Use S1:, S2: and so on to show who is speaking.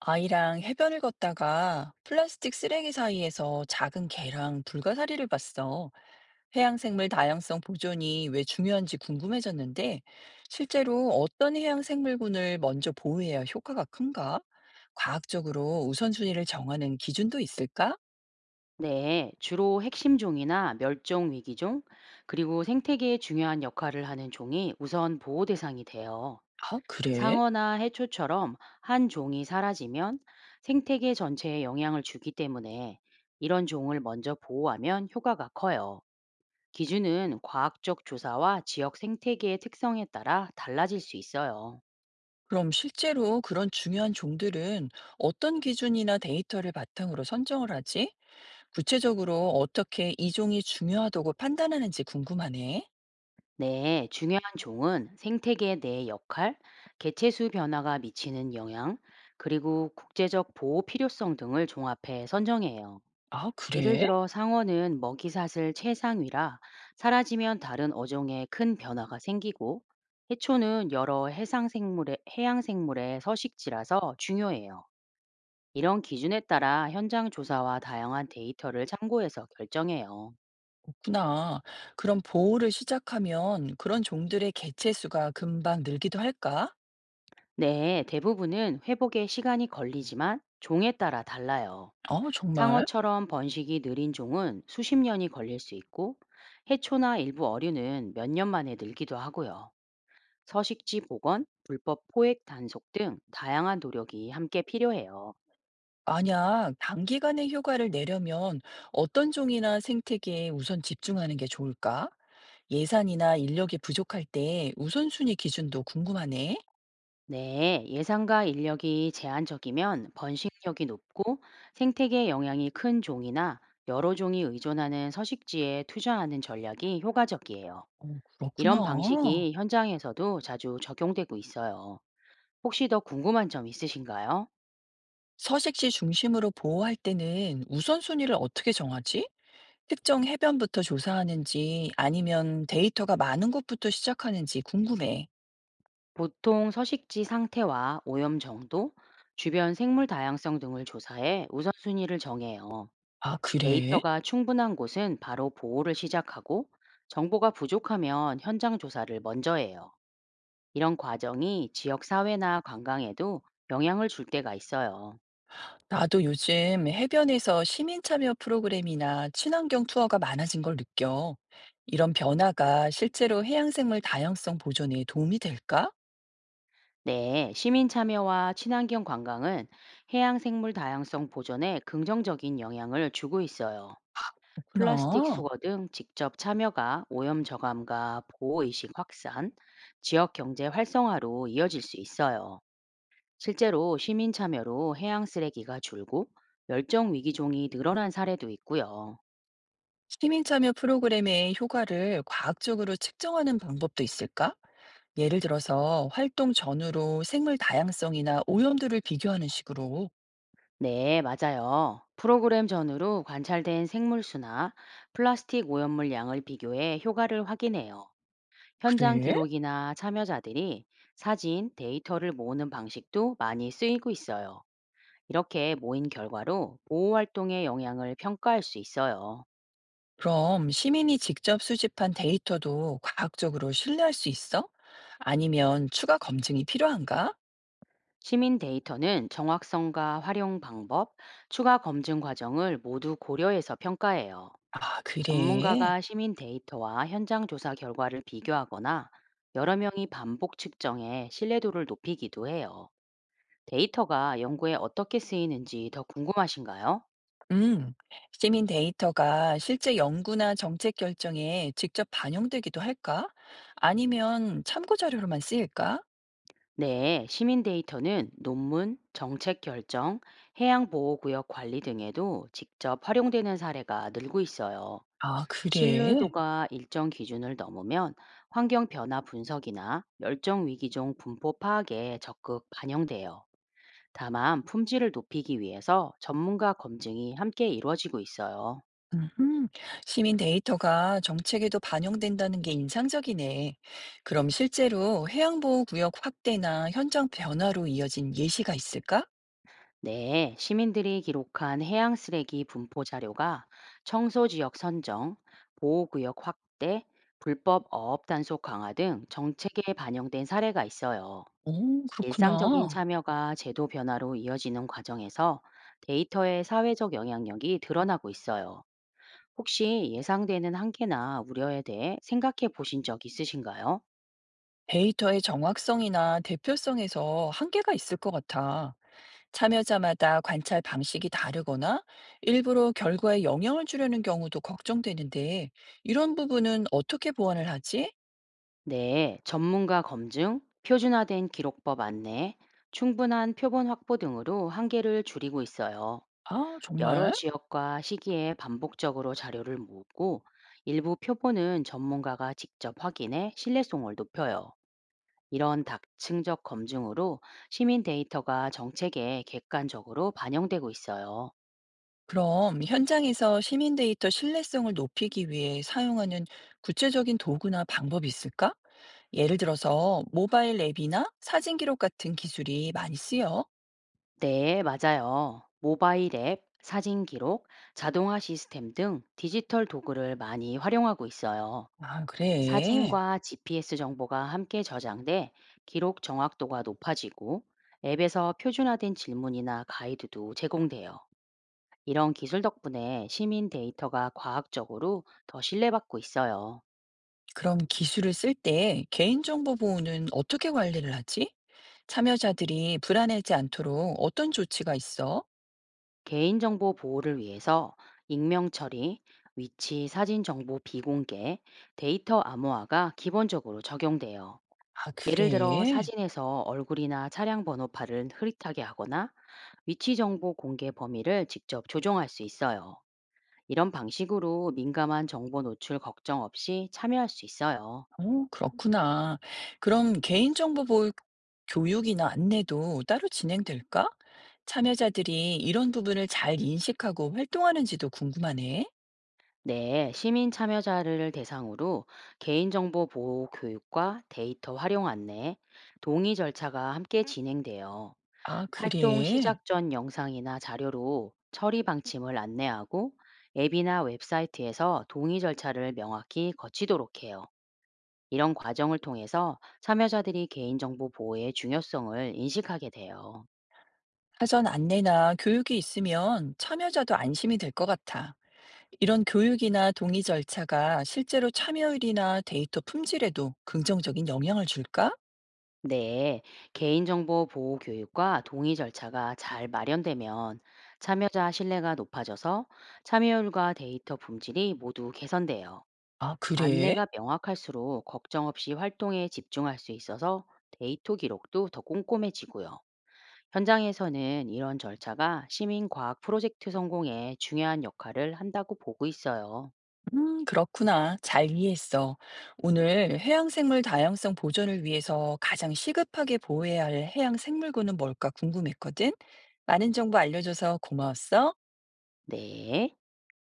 S1: 아이랑 해변을 걷다가 플라스틱 쓰레기 사이에서 작은 개랑 불가사리를 봤어. 해양생물 다양성 보존이 왜 중요한지 궁금해졌는데, 실제로 어떤 해양생물군을 먼저 보호해야 효과가 큰가? 과학적으로 우선순위를 정하는 기준도 있을까?
S2: 네, 주로 핵심종이나 멸종 위기종, 그리고 생태계에 중요한 역할을 하는 종이 우선 보호 대상이 돼요.
S1: 아, 그래?
S2: 상어나 해초처럼 한 종이 사라지면 생태계 전체에 영향을 주기 때문에 이런 종을 먼저 보호하면 효과가 커요. 기준은 과학적 조사와 지역 생태계의 특성에 따라 달라질 수 있어요.
S1: 그럼 실제로 그런 중요한 종들은 어떤 기준이나 데이터를 바탕으로 선정을 하지? 구체적으로 어떻게 이 종이 중요하다고 판단하는지 궁금하네.
S2: 네, 중요한 종은 생태계 내 역할, 개체수 변화가 미치는 영향, 그리고 국제적 보호 필요성 등을 종합해 선정해요.
S1: 아,
S2: 예를
S1: 그래?
S2: 들어 상어는 먹이사슬 최상위라 사라지면 다른 어종에 큰 변화가 생기고, 해초는 여러 해상 생물의 해양 생물의 서식지라서 중요해요. 이런 기준에 따라 현장 조사와 다양한 데이터를 참고해서 결정해요.
S1: 없구나. 그럼 보호를 시작하면 그런 종들의 개체 수가 금방 늘기도 할까?
S2: 네, 대부분은 회복에 시간이 걸리지만 종에 따라 달라요.
S1: 어, 정말?
S2: 상어처럼 번식이 느린 종은 수십 년이 걸릴 수 있고, 해초나 일부 어류는 몇 년 만에 늘기도 하고요. 서식지 복원, 불법 포획 단속 등 다양한 노력이 함께 필요해요.
S1: 만약 단기간에 효과를 내려면 어떤 종이나 생태계에 우선 집중하는 게 좋을까? 예산이나 인력이 부족할 때 우선순위 기준도 궁금하네.
S2: 네, 예산과 인력이 제한적이면 번식력이 높고 생태계 영향이 큰 종이나 여러 종이 의존하는 서식지에 투자하는 전략이 효과적이에요.
S1: 어,
S2: 이런
S1: 그렇구나.
S2: 방식이 현장에서도 자주 적용되고 있어요. 혹시 더 궁금한 점 있으신가요?
S1: 서식지 중심으로 보호할 때는 우선순위를 어떻게 정하지? 특정 해변부터 조사하는지 아니면 데이터가 많은 곳부터 시작하는지 궁금해.
S2: 보통 서식지 상태와 오염 정도, 주변 생물 다양성 등을 조사해 우선순위를 정해요.
S1: 아, 그래?
S2: 데이터가 충분한 곳은 바로 보호를 시작하고 정보가 부족하면 현장 조사를 먼저 해요. 이런 과정이 지역 사회나 관광에도 영향을 줄 때가 있어요.
S1: 나도 요즘 해변에서 시민 참여 프로그램이나 친환경 투어가 많아진 걸 느껴. 이런 변화가 실제로 해양생물 다양성 보존에 도움이 될까?
S2: 네, 시민 참여와 친환경 관광은 해양 생물 다양성 보존에 긍정적인 영향을 주고 있어요. 플라스틱
S1: 그렇구나.
S2: 수거 등 직접 참여가 오염 저감과 보호 의식 확산, 지역 경제 활성화로 이어질 수 있어요. 실제로 시민 참여로 해양 쓰레기가 줄고 멸종 위기종이 늘어난 사례도 있고요.
S1: 시민 참여 프로그램의 효과를 과학적으로 측정하는 방법도 있을까? 예를 들어서 활동 전후로 생물 다양성이나 오염도를 비교하는 식으로.
S2: 네, 맞아요. 프로그램 전후로 관찰된 생물수나 플라스틱 오염물 양을 비교해 효과를 확인해요. 현장
S1: 그래?
S2: 기록이나 참여자들이 사진, 데이터를 모으는 방식도 많이 쓰이고 있어요. 이렇게 모인 결과로 보호 활동의 영향을 평가할 수 있어요.
S1: 그럼 시민이 직접 수집한 데이터도 과학적으로 신뢰할 수 있어? 아니면 추가 검증이 필요한가?
S2: 시민 데이터는 정확성과 활용 방법, 추가 검증 과정을 모두 고려해서 평가해요.
S1: 아, 그래.
S2: 전문가가 시민 데이터와 현장 조사 결과를 비교하거나 여러 명이 반복 측정해 신뢰도를 높이기도 해요. 데이터가 연구에 어떻게 쓰이는지 더 궁금하신가요?
S1: 음, 시민 데이터가 실제 연구나 정책 결정에 직접 반영되기도 할까? 아니면 참고 자료로만 쓰일까?
S2: 네, 시민 데이터는 논문, 정책 결정, 해양 보호 구역 관리 등에도 직접 활용되는 사례가 늘고 있어요.
S1: 아, 그래.
S2: 신뢰도가 일정 기준을 넘으면 환경 변화 분석이나 멸종 위기종 분포 파악에 적극 반영돼요. 다만 품질을 높이기 위해서 전문가 검증이 함께 이루어지고 있어요.
S1: 음, 시민 데이터가 정책에도 반영된다는 게 인상적이네. 그럼 실제로 해양보호구역 확대나 현장 변화로 이어진 예시가 있을까?
S2: 네, 시민들이 기록한 해양 쓰레기 분포 자료가 청소 지역 선정, 보호구역 확대, 불법 어업 단속 강화 등 정책에 반영된 사례가 있어요.
S1: 오,
S2: 일상적인
S1: 그렇구나.
S2: 참여가 제도 변화로 이어지는 과정에서 데이터의 사회적 영향력이 드러나고 있어요. 혹시 예상되는 한계나 우려에 대해 생각해 보신 적 있으신가요?
S1: 데이터의 정확성이나 대표성에서 한계가 있을 것 같아. 참여자마다 관찰 방식이 다르거나 일부러 결과에 영향을 주려는 경우도 걱정되는데 이런 부분은 어떻게 보완을 하지?
S2: 네, 전문가 검증, 표준화된 기록법 안내, 충분한 표본 확보 등으로 한계를 줄이고 있어요.
S1: 아,
S2: 여러
S1: 정말?
S2: 지역과 시기에 반복적으로 자료를 모으고 일부 표본은 전문가가 직접 확인해 신뢰성을 높여요. 이런 다층적 검증으로 시민 데이터가 정책에 객관적으로 반영되고 있어요.
S1: 그럼 현장에서 시민 데이터 신뢰성을 높이기 위해 사용하는 구체적인 도구나 방법이 있을까? 예를 들어서 모바일 앱이나 사진 기록 같은 기술이 많이 쓰여.
S2: 네, 맞아요. 모바일 앱, 사진 기록, 자동화 시스템 등 디지털 도구를 많이 활용하고 있어요.
S1: 아, 그래.
S2: 사진과 GPS 정보가 함께 저장돼 기록 정확도가 높아지고 앱에서 표준화된 질문이나 가이드도 제공돼요. 이런 기술 덕분에 시민 데이터가 과학적으로 더 신뢰받고 있어요.
S1: 그럼 기술을 쓸 때 개인정보 보호는 어떻게 관리를 하지? 참여자들이 불안해하지 않도록 어떤 조치가 있어?
S2: 개인정보 보호를 위해서 익명 처리, 위치 사진 정보 비공개, 데이터 암호화가 기본적으로 적용돼요.
S1: 아,
S2: 예를 들어
S1: 그래.
S2: 사진에서 얼굴이나 차량 번호판을 흐릿하게 하거나 위치 정보 공개 범위를 직접 조정할 수 있어요. 이런 방식으로 민감한 정보 노출 걱정 없이 참여할 수 있어요.
S1: 어, 그렇구나. 그럼 개인정보 보호 교육이나 안내도 따로 진행될까? 참여자들이 이런 부분을 잘 인식하고 활동하는지도 궁금하네.
S2: 네, 시민 참여자를 대상으로 개인정보 보호 교육과 데이터 활용 안내, 동의 절차가 함께 진행돼요.
S1: 아,
S2: 활동
S1: 그래.
S2: 시작 전 영상이나 자료로 처리 방침을 안내하고 앱이나 웹사이트에서 동의 절차를 명확히 거치도록 해요. 이런 과정을 통해서 참여자들이 개인정보 보호의 중요성을 인식하게 돼요.
S1: 사전 안내나 교육이 있으면 참여자도 안심이 될 것 같아. 이런 교육이나 동의 절차가 실제로 참여율이나 데이터 품질에도 긍정적인 영향을 줄까?
S2: 네, 개인정보 보호 교육과 동의 절차가 잘 마련되면 참여자 신뢰가 높아져서 참여율과 데이터 품질이 모두 개선돼요.
S1: 아, 그래?
S2: 안내가 명확할수록 걱정 없이 활동에 집중할 수 있어서 데이터 기록도 더 꼼꼼해지고요. 현장에서는 이런 절차가 시민과학 프로젝트 성공에 중요한 역할을 한다고 보고 있어요.
S1: 그렇구나. 잘 이해했어. 오늘 해양생물 다양성 보존을 위해서 가장 시급하게 보호해야 할 해양생물군은 뭘까 궁금했거든? 많은 정보 알려줘서 고마웠어.
S2: 네.